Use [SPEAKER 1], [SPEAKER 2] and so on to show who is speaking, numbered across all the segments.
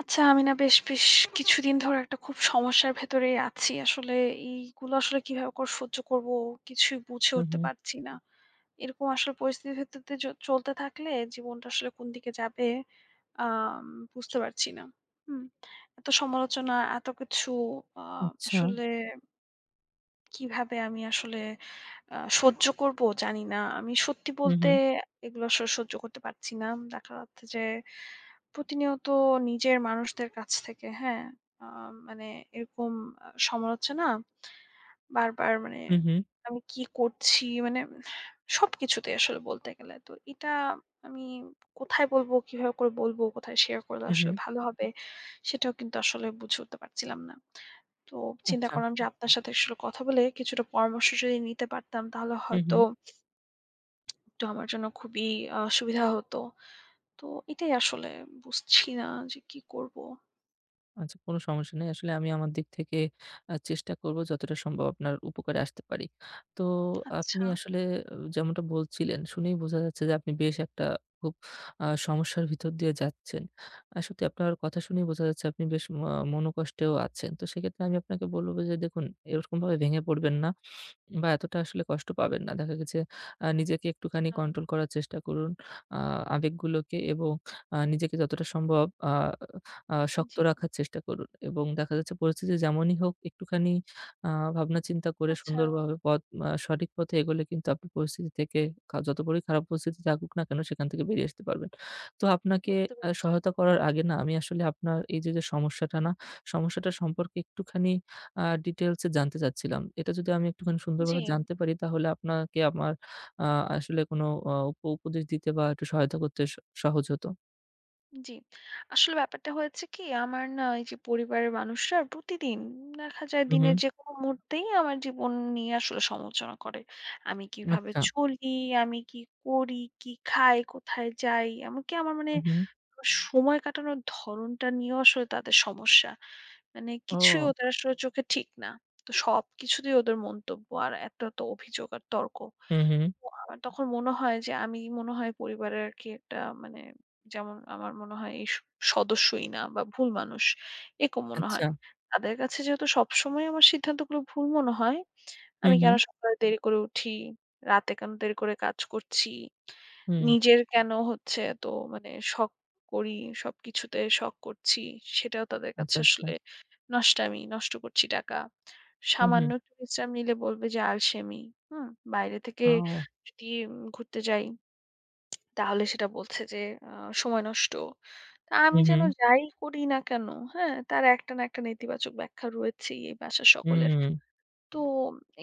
[SPEAKER 1] আচ্ছা, আমি না বেশ বেশ কিছুদিন ধরে একটা খুব সমস্যার ভেতরেই আছি। আসলে এইগুলো আসলে কিভাবে করে সহ্য করব কিছুই বুঝে
[SPEAKER 2] হুম,
[SPEAKER 1] উঠতে
[SPEAKER 2] হুম।
[SPEAKER 1] পারছি না। এরকম আসলে পরিস্থিতির ভেতর দিয়ে চলতে থাকলে জীবনটা আসলে কোন দিকে যাবে আম বুঝতে পারছি না। হুম। এত সমালোচনা, এত কিছু আ
[SPEAKER 2] আচ্ছা।
[SPEAKER 1] আসলে কিভাবে আমি আসলে সহ্য করব জানি না। আমি সত্যি
[SPEAKER 2] হুম,
[SPEAKER 1] বলতে
[SPEAKER 2] হুম।
[SPEAKER 1] এগুলো আসলে সহ্য করতে পারছি না। দেখা যাচ্ছে যে প্রতিনিয়ত নিজের মানুষদের কাছ থেকে, হ্যাঁ? আ মানে এরকম সমালোচনা বারবার মানে
[SPEAKER 2] হুম, হুম।
[SPEAKER 1] আমি কি করছি মানে সবকিছুতেই আসলে বলতে গেলে। তো এটা আমি কোথায় বলবো, কিভাবে করে বলবো, কোথায় শেয়ার করলে
[SPEAKER 2] হুম,
[SPEAKER 1] আসলে
[SPEAKER 2] হুম।
[SPEAKER 1] ভালো হবে সেটাও কিন্তু আসলে বুঝে উঠতে পারছিলাম না। তো চিন্তা
[SPEAKER 2] আচ্ছা।
[SPEAKER 1] করলাম যে আপনার সাথে আসলে কথা বলে কিছুটা পরামর্শ যদি নিতে পারতাম তাহলে
[SPEAKER 2] হুম,
[SPEAKER 1] হয়তো
[SPEAKER 2] হুম।
[SPEAKER 1] একটু আমার জন্য খুবই সুবিধা হতো। তো এটাই আসলে বুঝছি না যে কি করব?
[SPEAKER 2] আচ্ছা, কোনো সমস্যা নেই। আসলে আমি আমার দিক থেকে চেষ্টা করব যতটা সম্ভব আপনার উপকারে আসতে পারি। তো
[SPEAKER 1] আচ্ছা,
[SPEAKER 2] আপনি আসলে যেমনটা বলছিলেন শুনেই বোঝা যাচ্ছে যে আপনি বেশ একটা খুব সমস্যার ভিতর দিয়ে যাচ্ছেন। সত্যি আপনার কথা শুনেই বোঝা যাচ্ছে আপনি বেশ মনোকষ্টেও আছেন। তো সেক্ষেত্রে আমি আপনাকে বলব যে দেখুন, এরকমভাবে ভেঙে পড়বেন না। বা এতটা আসলে কষ্ট পাবেন না। দেখা গেছে নিজেকে একটুখানি
[SPEAKER 1] আ
[SPEAKER 2] কন্ট্রোল করার চেষ্টা করুন। আ আবেগগুলোকে এবং নিজেকে যতটা সম্ভব আ আ শক্ত
[SPEAKER 1] জি।
[SPEAKER 2] রাখার চেষ্টা করুন এবং দেখা যাচ্ছে পরিস্থিতি যেমনই হোক, একটুখানি আ ভাবনা চিন্তা করে
[SPEAKER 1] আচ্ছা
[SPEAKER 2] সুন্দরভাবে পথ আ সঠিক পথে এগোলে কিন্তু আপনি পরিস্থিতি থেকে, যত বড়ই খারাপ পরিস্থিতি থাকুক না কেন সেখান থেকে বেরিয়ে আসতে পারবেন। তো আপনাকে
[SPEAKER 1] বুঝতে পেরেছি।
[SPEAKER 2] সহায়তা করার আগে না, আমি আসলে আপনার এই যে সমস্যাটা না, সমস্যাটা সম্পর্কে একটুখানি ডিটেইলস এ জানতে চাচ্ছিলাম। এটা যদি আমি একটুখানি
[SPEAKER 1] জি,
[SPEAKER 2] সুন্দরভাবে জানতে পারি তাহলে আপনাকে আমার আ আসলে কোনো আ উপ উপদেশ দিতে বা একটু সহায়তা করতে সহজ হতো।
[SPEAKER 1] জি। আসলে ব্যাপারটা হয়েছে কি আমার না এই যে পরিবারের মানুষরা প্রতিদিন দেখা যায়
[SPEAKER 2] হু, হু।
[SPEAKER 1] দিনের যেকোনো মুহূর্তেই আমার জীবন নিয়ে আসলে সমালোচনা করে। আমি কিভাবে
[SPEAKER 2] আচ্ছা।
[SPEAKER 1] চলি, আমি কি করি, কি খাই, কোথায় যাই, এমনকি আমার মানে
[SPEAKER 2] হু, হু।
[SPEAKER 1] আমার সময় কাটানোর ধরনটা নিয়েও আসলে তাদের সমস্যা। মানে কিছুই
[SPEAKER 2] ও!
[SPEAKER 1] ওদের আসলে চোখে ঠিক না। তো সবকিছুতেই ওদের মন্তব্য আর এত, এত অভিযোগ আর তর্ক।
[SPEAKER 2] হু, হু।
[SPEAKER 1] তো আমার তখন মনে হয় যে আমি মনে হয় পরিবারের আরকি একটা মানে যেমন আমার মনে হয় এই সদস্যই না বা ভুল মানুষ। এরকম মনে
[SPEAKER 2] আচ্ছা।
[SPEAKER 1] হয়। তাদের কাছে যেহেতু সবসময় আমার সিদ্ধান্তগুলো ভুল মনে হয়
[SPEAKER 2] হু,
[SPEAKER 1] আমি
[SPEAKER 2] হু।
[SPEAKER 1] কেন সকালে দেরি করে উঠি? রাতে কেন দেরি করে কাজ করছি?
[SPEAKER 2] হুম।
[SPEAKER 1] নিজের কেন হচ্ছে এত মানে শখ করি, সবকিছুতে শখ করছি। সেটাও তাদের
[SPEAKER 2] আচ্ছা,
[SPEAKER 1] কাছে
[SPEAKER 2] আচ্ছা।
[SPEAKER 1] আসলে নষ্টামি, নষ্ট করছি টাকা।
[SPEAKER 2] হু, হু।
[SPEAKER 1] সামান্য একটু বিশ্রাম নিলে বলবে যে আলসেমি। হুম? বাইরে থেকে
[SPEAKER 2] ও!
[SPEAKER 1] যদি ঘুরতে যাই, তাহলে সেটা বলছে যে আ সময় নষ্ট। তা
[SPEAKER 2] হু,
[SPEAKER 1] আমি
[SPEAKER 2] হু।
[SPEAKER 1] যেন যাই করি না কেন, হ্যাঁ? তার একটা না একটা নেতিবাচক ব্যাখ্যা রয়েছেই এই বাসার সকলের।
[SPEAKER 2] হুম।
[SPEAKER 1] তো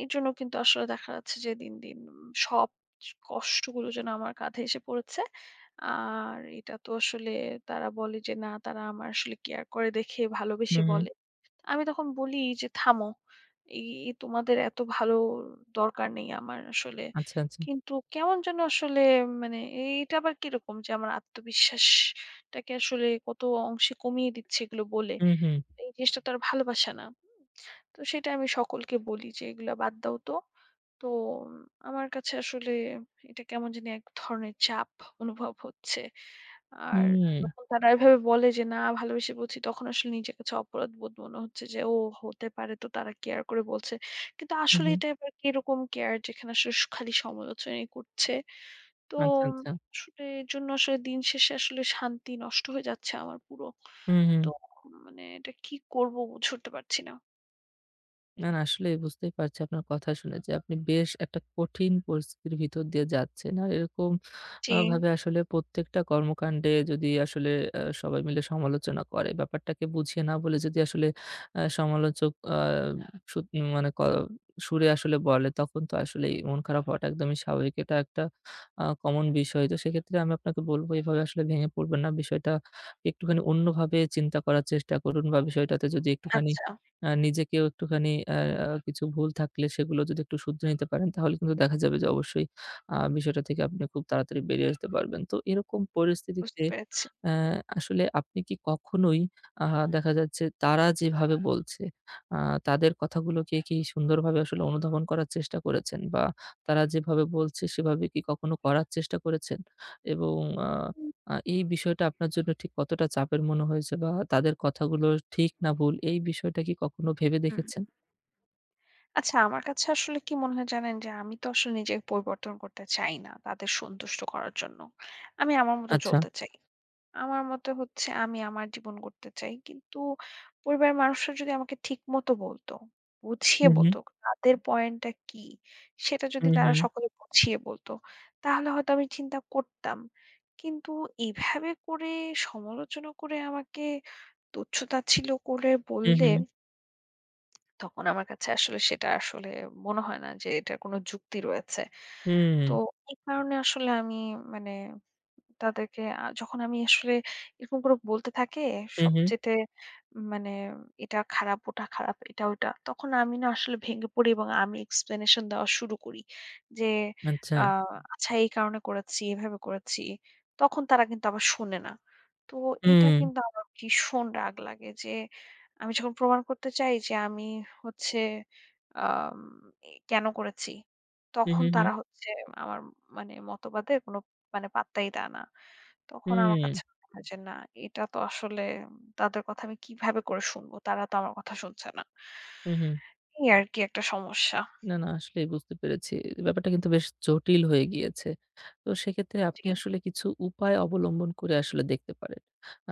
[SPEAKER 1] এর জন্য কিন্তু আসলে দেখা যাচ্ছে যে দিন, দিন সব কষ্টগুলো যেন আমার কাঁধে এসে পড়েছে। আর এটা তো আসলে তারা বলে যে না তারা আমার আসলে কেয়ার করে দেখে
[SPEAKER 2] হু,
[SPEAKER 1] ভালোবেসে
[SPEAKER 2] হু।
[SPEAKER 1] বলে। আমি তখন বলি যে, "থামো। এই তোমাদের এত ভালো দরকার নেই আমার আসলে।"
[SPEAKER 2] আচ্ছা, আচ্ছা।
[SPEAKER 1] কিন্তু কেমন যেন আসলে মানে এটা আবার কিরকম যে আমার আত্মবিশ্বাসটাকে আসলে কত অংশে কমিয়ে দিচ্ছে এগুলো বলে।
[SPEAKER 2] হু, হু।
[SPEAKER 1] এই জিনিসটা তো আর ভালোবাসা না। হুম? তো সেটা আমি সকলকে বলি যে, "এগুলা বাদ দাও তো।" তো উম, আমার কাছে আসলে এটা কেমন জানি এক ধরনের চাপ অনুভব হচ্ছে। আর
[SPEAKER 2] হুম।
[SPEAKER 1] যখন তারা এভাবে বলে যে, "না ভালোবেসে বলছি" তখন আসলে নিজের কাছে অপরাধ বোধ মনে হচ্ছে যে, "ও হতে পারে তো তারা কেয়ার করে বলছে।" কিন্তু
[SPEAKER 2] হু,
[SPEAKER 1] আসলে
[SPEAKER 2] হু।
[SPEAKER 1] এটা আবার কিরকম কেয়ার যেখানে আসলে খালি সমালোচনাই করছে। তো
[SPEAKER 2] আচ্ছা, আচ্ছা।
[SPEAKER 1] আসলে এর জন্য আসলে দিন শেষে আসলে শান্তি নষ্ট হয়ে যাচ্ছে আমার পুরো।
[SPEAKER 2] হু, হু।
[SPEAKER 1] তো মানে এটা কি করব বুঝে উঠতে পারছি না।
[SPEAKER 2] না, না, আসলেই বুঝতেই পারছি আপনার কথা শুনে যে আপনি বেশ একটা কঠিন পরিস্থিতির ভিতর দিয়ে যাচ্ছেন। আর এরকম
[SPEAKER 1] জি,
[SPEAKER 2] ভাবে আসলে প্রত্যেকটা কর্মকাণ্ডে যদি আসলে সবাই মিলে সমালোচনা করে, ব্যাপারটাকে বুঝিয়ে না বলে যদি আসলে সমালোচক আ সু মানে সুরে আসলে বলে, তখন তো আসলেই মন খারাপ হওয়াটা একদমই স্বাভাবিক। এটা একটা কমন বিষয়। তো সেক্ষেত্রে আমি আপনাকে বলব এভাবে আসলে ভেঙে পড়বেন না। বিষয়টা একটুখানি অন্যভাবে চিন্তা করার চেষ্টা করুন, বা বিষয়টাতে যদি একটুখানি
[SPEAKER 1] আচ্ছা
[SPEAKER 2] নিজেকেও একটুখানি আ আ কিছু ভুল থাকলে সেগুলো যদি একটু শুধরে নিতে পারেন, তাহলে কিন্তু দেখা যাবে যে অবশ্যই বিষয়টা থেকে আপনি খুব তাড়াতাড়ি বেরিয়ে আসতে পারবেন। তো এরকম
[SPEAKER 1] বুঝতে
[SPEAKER 2] পরিস্থিতিতে
[SPEAKER 1] পেরেছি।
[SPEAKER 2] অ্যা আসলে আপনি কি কখনোই আ দেখা যাচ্ছে তারা যেভাবে বলছে, আ তাদের কথাগুলোকে কি সুন্দরভাবে আসলে অনুধাবন করার চেষ্টা করেছেন? বা তারা যেভাবে বলছে সেভাবে কি কখনো করার চেষ্টা করেছেন? এবং আ
[SPEAKER 1] হুম,
[SPEAKER 2] আ এই বিষয়টা আপনার জন্য ঠিক কতটা চাপের মনে হয়েছে? বা তাদের কথাগুলো ঠিক না ভুল, এই বিষয়টা কি কখনো ভেবে
[SPEAKER 1] হুম।
[SPEAKER 2] দেখেছেন?
[SPEAKER 1] আচ্ছা আমার কাছে আসলে কি মনে হয় জানেন যে আমি তো আসলে নিজেকে পরিবর্তন করতে চাই না তাদের সন্তুষ্ট করার জন্য। আমি আমার মতো
[SPEAKER 2] আচ্ছা।
[SPEAKER 1] চলতে চাই। আমার মতে হচ্ছে আমি আমার জীবন গড়তে চাই। কিন্তু পরিবারের মানুষরা যদি আমাকে ঠিকমতো বলতো,
[SPEAKER 2] হু,
[SPEAKER 1] বুঝিয়ে
[SPEAKER 2] হু,
[SPEAKER 1] বলতো তাদের পয়েন্টটা কি? সেটা
[SPEAKER 2] হু,
[SPEAKER 1] যদি
[SPEAKER 2] হু,
[SPEAKER 1] তারা সকলে বুঝিয়ে বলতো, তাহলে হয়তো আমি চিন্তা করতাম। কিন্তু এভাবে করে সমালোচনা করে আমাকে তুচ্ছ-তাচ্ছিল্য করে
[SPEAKER 2] হু,
[SPEAKER 1] বললে
[SPEAKER 2] হু,
[SPEAKER 1] তখন আমার কাছে আসলে সেটা আসলে মনে হয় না যে এটার কোনো যুক্তি রয়েছে।
[SPEAKER 2] হুম,
[SPEAKER 1] তো এই কারণে আসলে আমি মানে তাদেরকে যখন আমি আসলে এরকম করে বলতে থাকে
[SPEAKER 2] হু, হু,
[SPEAKER 1] সবচেয়ে মানে এটা খারাপ, ওটা খারাপ, এটা ওটা। তখন আমি না আসলে ভেঙে পড়ি এবং আমি explanation দেওয়া শুরু করি। যে
[SPEAKER 2] আচ্ছা।
[SPEAKER 1] হুম। আচ্ছা এই কারণে করেছি, এভাবে করেছি। তখন তারা কিন্তু আবার শোনে না। তো এটা
[SPEAKER 2] হুম,
[SPEAKER 1] কিন্তু আমার ভীষণ রাগ লাগে যে আমি যখন প্রমাণ করতে চাই যে আমি হচ্ছে আম এ কেন করেছি,
[SPEAKER 2] হু,
[SPEAKER 1] তখন
[SPEAKER 2] হু, হু,
[SPEAKER 1] তারা হচ্ছে আমার মানে মতবাদের কোনো মানে পাত্তাই দেয় না। তখন আমার
[SPEAKER 2] হুম,
[SPEAKER 1] কাছে মনে হয় যে না, এটা তো আসলে তাদের কথা আমি কিভাবে করে শুনবো? তারা তো আমার কথা শুনছে না।
[SPEAKER 2] হু, হু।
[SPEAKER 1] এই আরকি একটা সমস্যা।
[SPEAKER 2] না, না, আসলেই বুঝতে পেরেছি। ব্যাপারটা কিন্তু বেশ জটিল হয়ে গিয়েছে। তো সেক্ষেত্রে
[SPEAKER 1] জি।
[SPEAKER 2] আপনি আসলে কিছু উপায় অবলম্বন করে আসলে দেখতে পারেন।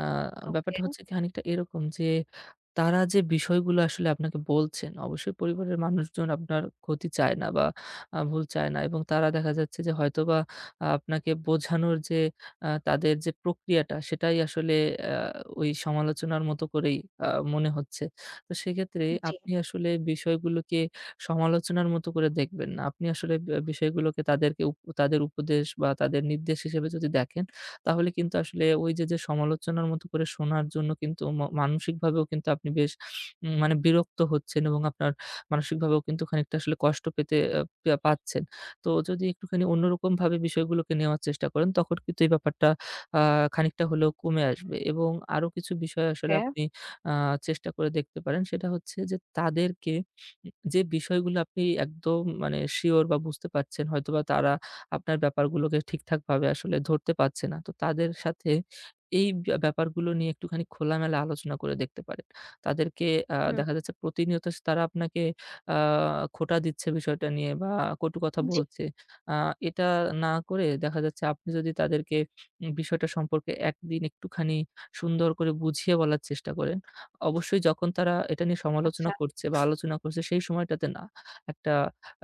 [SPEAKER 2] আ
[SPEAKER 1] ওকে।
[SPEAKER 2] ব্যাপারটা হচ্ছে কি, খানিকটা এরকম যে, তারা যে বিষয়গুলো আসলে আপনাকে বলছেন, অবশ্যই পরিবারের মানুষজন আপনার ক্ষতি চায় না বা ভুল চায় না, এবং তারা দেখা যাচ্ছে যে হয়তোবা আপনাকে বোঝানোর যে তাদের যে প্রক্রিয়াটা সেটাই আসলে আ ওই সমালোচনার মতো করেই আ মনে হচ্ছে। তো সেক্ষেত্রে
[SPEAKER 1] জি।
[SPEAKER 2] আপনি আসলে বিষয়গুলোকে সমালোচনার মতো করে দেখবেন না। আপনি আসলে বিষয়গুলোকে তাদেরকে তাদের উপদেশ বা তাদের নির্দেশ হিসেবে যদি দেখেন, তাহলে কিন্তু আসলে ওই যে সমালোচনার মতো করে শোনার জন্য কিন্তু মানসিকভাবেও কিন্তু আপনি বেশ মানে বিরক্ত হচ্ছেন এবং আপনার মানসিকভাবেও কিন্তু খানিকটা আসলে কষ্ট পেতে আ পা পাচ্ছেন। তো যদি একটুখানি অন্যরকমভাবে বিষয়গুলোকে নেওয়ার চেষ্টা করেন, তখন কিন্তু এই ব্যাপারটা আ খানিকটা হলেও কমে আসবে এবং আরো কিছু বিষয় আসলে
[SPEAKER 1] ওকে।
[SPEAKER 2] আপনি আ চেষ্টা করে দেখতে পারেন। সেটা হচ্ছে যে, তাদেরকে যে বিষয়গুলো আপনি একদম মানে সিওর বা বুঝতে পারছেন হয়তোবা তারা আপনার ব্যাপারগুলোকে ঠিকঠাকভাবে আসলে ধরতে পারছে না। তো তাদের সাথে এই ব্যাপারগুলো নিয়ে একটুখানি খোলামেলা আলোচনা করে দেখতে পারেন। তাদেরকে
[SPEAKER 1] হুম।
[SPEAKER 2] দেখা যাচ্ছে প্রতিনিয়ত তারা আপনাকে আ খোঁটা দিচ্ছে বিষয়টা নিয়ে বা কটু কথা
[SPEAKER 1] জি।
[SPEAKER 2] বলছে। আ এটা না করে দেখা যাচ্ছে আপনি যদি তাদেরকে বিষয়টা সম্পর্কে একদিন একটুখানি সুন্দর করে বুঝিয়ে বলার চেষ্টা করেন, অবশ্যই যখন তারা এটা নিয়ে সমালোচনা
[SPEAKER 1] আচ্ছা।
[SPEAKER 2] করছে বা আলোচনা করছে সেই সময়টাতে না। একটা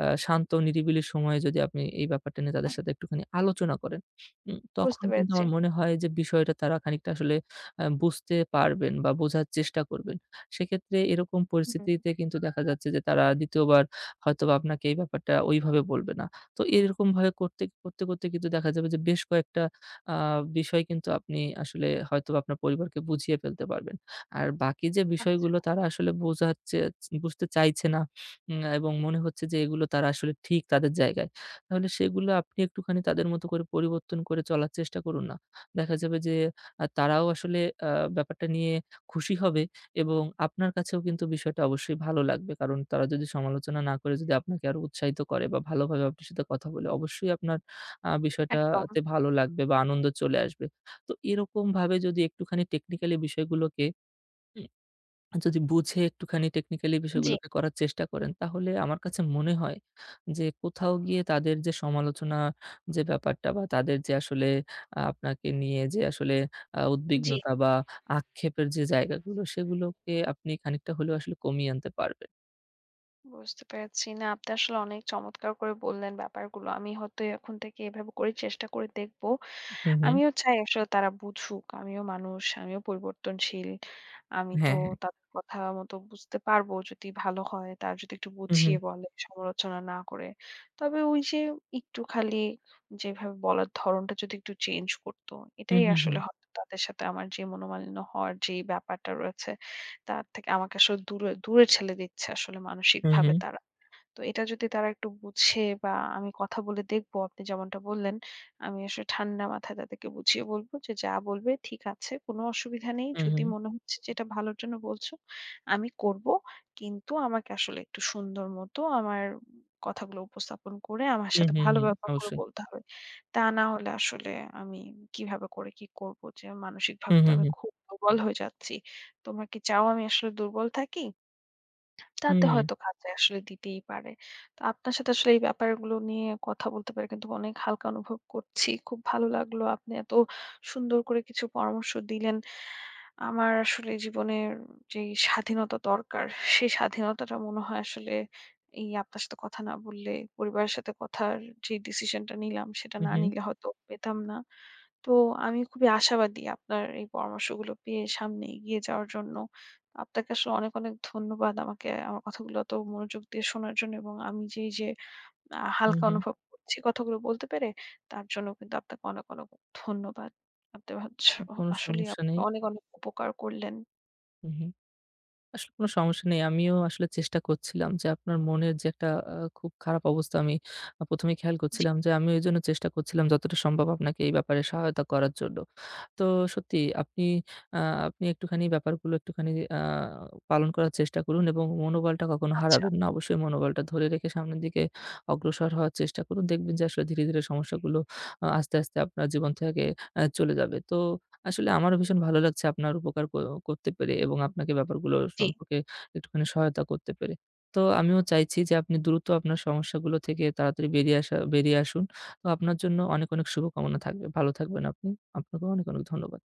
[SPEAKER 2] শান্ত নিরিবিলি সময়ে যদি আপনি এই ব্যাপারটা নিয়ে তাদের সাথে একটুখানি আলোচনা করেন, তখন
[SPEAKER 1] বুঝতে
[SPEAKER 2] কিন্তু
[SPEAKER 1] পেরেছি।
[SPEAKER 2] আমার মনে হয় যে বিষয়টা তারা খানিকটা আসলে বুঝতে পারবেন বা বোঝার চেষ্টা করবেন। সেক্ষেত্রে এরকম
[SPEAKER 1] হুম।
[SPEAKER 2] পরিস্থিতিতে কিন্তু দেখা যাচ্ছে যে তারা দ্বিতীয় বার হয়তোবা আপনাকে এই ব্যাপারটা ওইভাবে বলবে না। তো এরকমভাবে করতে, করতে, করতে কিন্তু দেখা যাবে যে বেশ কয়েকটা আ বিষয় কিন্তু আপনি আসলে হয়তোবা আপনার পরিবারকে বুঝিয়ে ফেলতে পারবেন। আর বাকি যে
[SPEAKER 1] আচ্ছা।
[SPEAKER 2] বিষয়গুলো তারা আসলে বোঝাচ্ছে, বুঝতে চাইছে না এবং মনে হচ্ছে যে এগুলো তারা আসলে ঠিক তাদের জায়গায়। তাহলে সেগুলো আপনি একটুখানি তাদের মতো করে পরিবর্তন করে চলার চেষ্টা করুন না। দেখা যাবে যে তারাও আসলে আ ব্যাপারটা নিয়ে খুশি হবে এবং আপনার কাছেও কিন্তু বিষয়টা অবশ্যই ভালো লাগবে। কারণ তারা যদি সমালোচনা না করে যদি আপনাকে আরো উৎসাহিত করে বা ভালোভাবে আপনার সাথে কথা বলে, অবশ্যই আপনার
[SPEAKER 1] একদম।
[SPEAKER 2] বিষয়টাতে ভালো লাগবে বা আনন্দ চলে আসবে। তো এরকমভাবে যদি একটুখানি টেকনিক্যালি বিষয়গুলোকে, হুম, যদি বুঝে একটুখানি টেকনিক্যালি
[SPEAKER 1] জি,
[SPEAKER 2] বিষয়গুলোকে করার চেষ্টা করেন, তাহলে আমার কাছে মনে হয় যে কোথাও গিয়ে তাদের যে সমালোচনা, যে ব্যাপারটা বা তাদের যে আসলে আপনাকে নিয়ে যে আসলে
[SPEAKER 1] জি।
[SPEAKER 2] উদ্বিগ্নতা বা আক্ষেপের যে জায়গাগুলো সেগুলোকে আপনি খানিকটা হলেও আসলে কমিয়ে আনতে পারবেন।
[SPEAKER 1] বুঝতে পেরেছি। না, আপনি আসলে অনেক চমৎকার করে বললেন ব্যাপারগুলো। আমি হয়তো এখন থেকে এভাবে করে চেষ্টা করে দেখব।
[SPEAKER 2] হুম, হুম।
[SPEAKER 1] আমিও চাই আসলে তারা বুঝুক। আমিও মানুষ, আমিও পরিবর্তনশীল। আমি তো
[SPEAKER 2] হ্যাঁ, হ্যাঁ।
[SPEAKER 1] তাদের কথা মতো বুঝতে পারবো যদি ভালো হয়, তারা যদি একটু
[SPEAKER 2] হুম, হুম।
[SPEAKER 1] বুঝিয়ে বলে, সমালোচনা না করে। তবে ওই যে একটু খালি যেভাবে বলার ধরনটা যদি একটু চেঞ্জ করতো,
[SPEAKER 2] হুম,
[SPEAKER 1] এটাই
[SPEAKER 2] হুম।
[SPEAKER 1] আসলে হয়তো তাদের সাথে আমার যে মনোমালিন্য হওয়ার যে ব্যাপারটা রয়েছে তার থেকে আমাকে আসলে দূরে, দূরে ঠেলে দিচ্ছে আসলে
[SPEAKER 2] হুম,
[SPEAKER 1] মানসিকভাবে
[SPEAKER 2] হুম।
[SPEAKER 1] তারা। তো এটা যদি তারা একটু বুঝে বা আমি কথা বলে দেখবো আপনি যেমনটা বললেন, আমি আসলে ঠান্ডা মাথায় তাদেরকে বুঝিয়ে বলব যে, "যা বলবে ঠিক আছে, কোনো অসুবিধা নেই।
[SPEAKER 2] হুম,
[SPEAKER 1] যদি
[SPEAKER 2] হুম,
[SPEAKER 1] মনে হচ্ছে যে এটা ভালোর জন্য বলছো, আমি করব। কিন্তু আমাকে আসলে একটু সুন্দর মতো আমার কথাগুলো উপস্থাপন করে আমার
[SPEAKER 2] হুম,
[SPEAKER 1] সাথে ভালো
[SPEAKER 2] হুম।
[SPEAKER 1] ব্যবহার করে
[SPEAKER 2] অবশ্যই।
[SPEAKER 1] বলতে হবে। তা না হলে আসলে আমি কিভাবে করে কি করব যে
[SPEAKER 2] হুম,
[SPEAKER 1] মানসিকভাবে তো
[SPEAKER 2] হুম,
[SPEAKER 1] আমি
[SPEAKER 2] হুম।
[SPEAKER 1] খুব দুর্বল হয়ে যাচ্ছি। তোমরা কি চাও আমি আসলে দুর্বল থাকি?" তাতে
[SPEAKER 2] হুম,
[SPEAKER 1] হয়তো কাজে আসলে দিতেই পারে। তো আপনার সাথে আসলে এই ব্যাপারগুলো নিয়ে কথা বলতে পেরে কিন্তু অনেক হালকা অনুভব করছি। খুব ভালো লাগলো আপনি এত সুন্দর করে কিছু পরামর্শ দিলেন। আমার আসলে জীবনের যেই স্বাধীনতা দরকার, সেই স্বাধীনতাটা মনে হয় আসলে এই আপনার সাথে কথা না বললে, পরিবারের সাথে কথার যে ডিসিশনটা নিলাম, সেটা না
[SPEAKER 2] হুম,
[SPEAKER 1] নিলে হয়তো পেতাম না। তো আমি খুবই আশাবাদী আপনার এই পরামর্শগুলো পেয়ে সামনে এগিয়ে যাওয়ার জন্য। আপনাকে আসলে অনেক, অনেক ধন্যবাদ আমাকে আমার কথাগুলো এত মনোযোগ দিয়ে শোনার জন্য এবং আমি যে এই যে
[SPEAKER 2] হুম,
[SPEAKER 1] হালকা
[SPEAKER 2] হুম।
[SPEAKER 1] অনুভব করছি কথাগুলো বলতে পেরে তার জন্য কিন্তু আপনাকে অনেক, অনেক ধন্যবাদ। আপনি ভাবছ
[SPEAKER 2] হুম, কোনো
[SPEAKER 1] আসলেই
[SPEAKER 2] সমস্যা
[SPEAKER 1] আপনি
[SPEAKER 2] নেই।
[SPEAKER 1] অনেক, অনেক উপকার করলেন।
[SPEAKER 2] হুম, হুম। আসলে কোনো সমস্যা নেই। আমিও আসলে চেষ্টা করছিলাম যে আপনার মনের যে একটা খুব খারাপ অবস্থা আমি প্রথম এই খেয়াল
[SPEAKER 1] জি,
[SPEAKER 2] করছিলাম, যে আমি ওইজন্য চেষ্টা করছিলাম যতটা সম্ভব আপনাকে এই ব্যাপারে সহায়তা করার জন্য। তো সত্যি আপনি আ আপনি একটুখানি ব্যাপারগুলো একটুখানি আ পালন করার চেষ্টা করুন এবং মনোবলটা কখনো
[SPEAKER 1] আচ্ছা,
[SPEAKER 2] হারাবেন না। অবশ্যই মনোবলটা ধরে রেখে সামনের দিকে অগ্রসর হওয়ার চেষ্টা করুন। দেখবেন যে আসলে ধীরে, ধীরে সমস্যাগুলো আস্তে, আস্তে আপনার জীবন থেকে চলে যাবে। তো আসলে আমারও ভীষণ ভালো লাগছে আপনার উপকার করতে পেরে এবং আপনাকে ব্যাপারগুলো
[SPEAKER 1] জি।
[SPEAKER 2] সম্পর্কে একটুখানি সহায়তা করতে পেরে। তো আমিও চাইছি যে আপনি দ্রুত আপনার সমস্যাগুলো থেকে তাড়াতাড়ি বেরিয়ে আসুন। তো আপনার জন্য অনেক, অনেক শুভকামনা থাকবে। ভালো থাকবেন আপনি। আপনাকেও অনেক, অনেক ধন্যবাদ।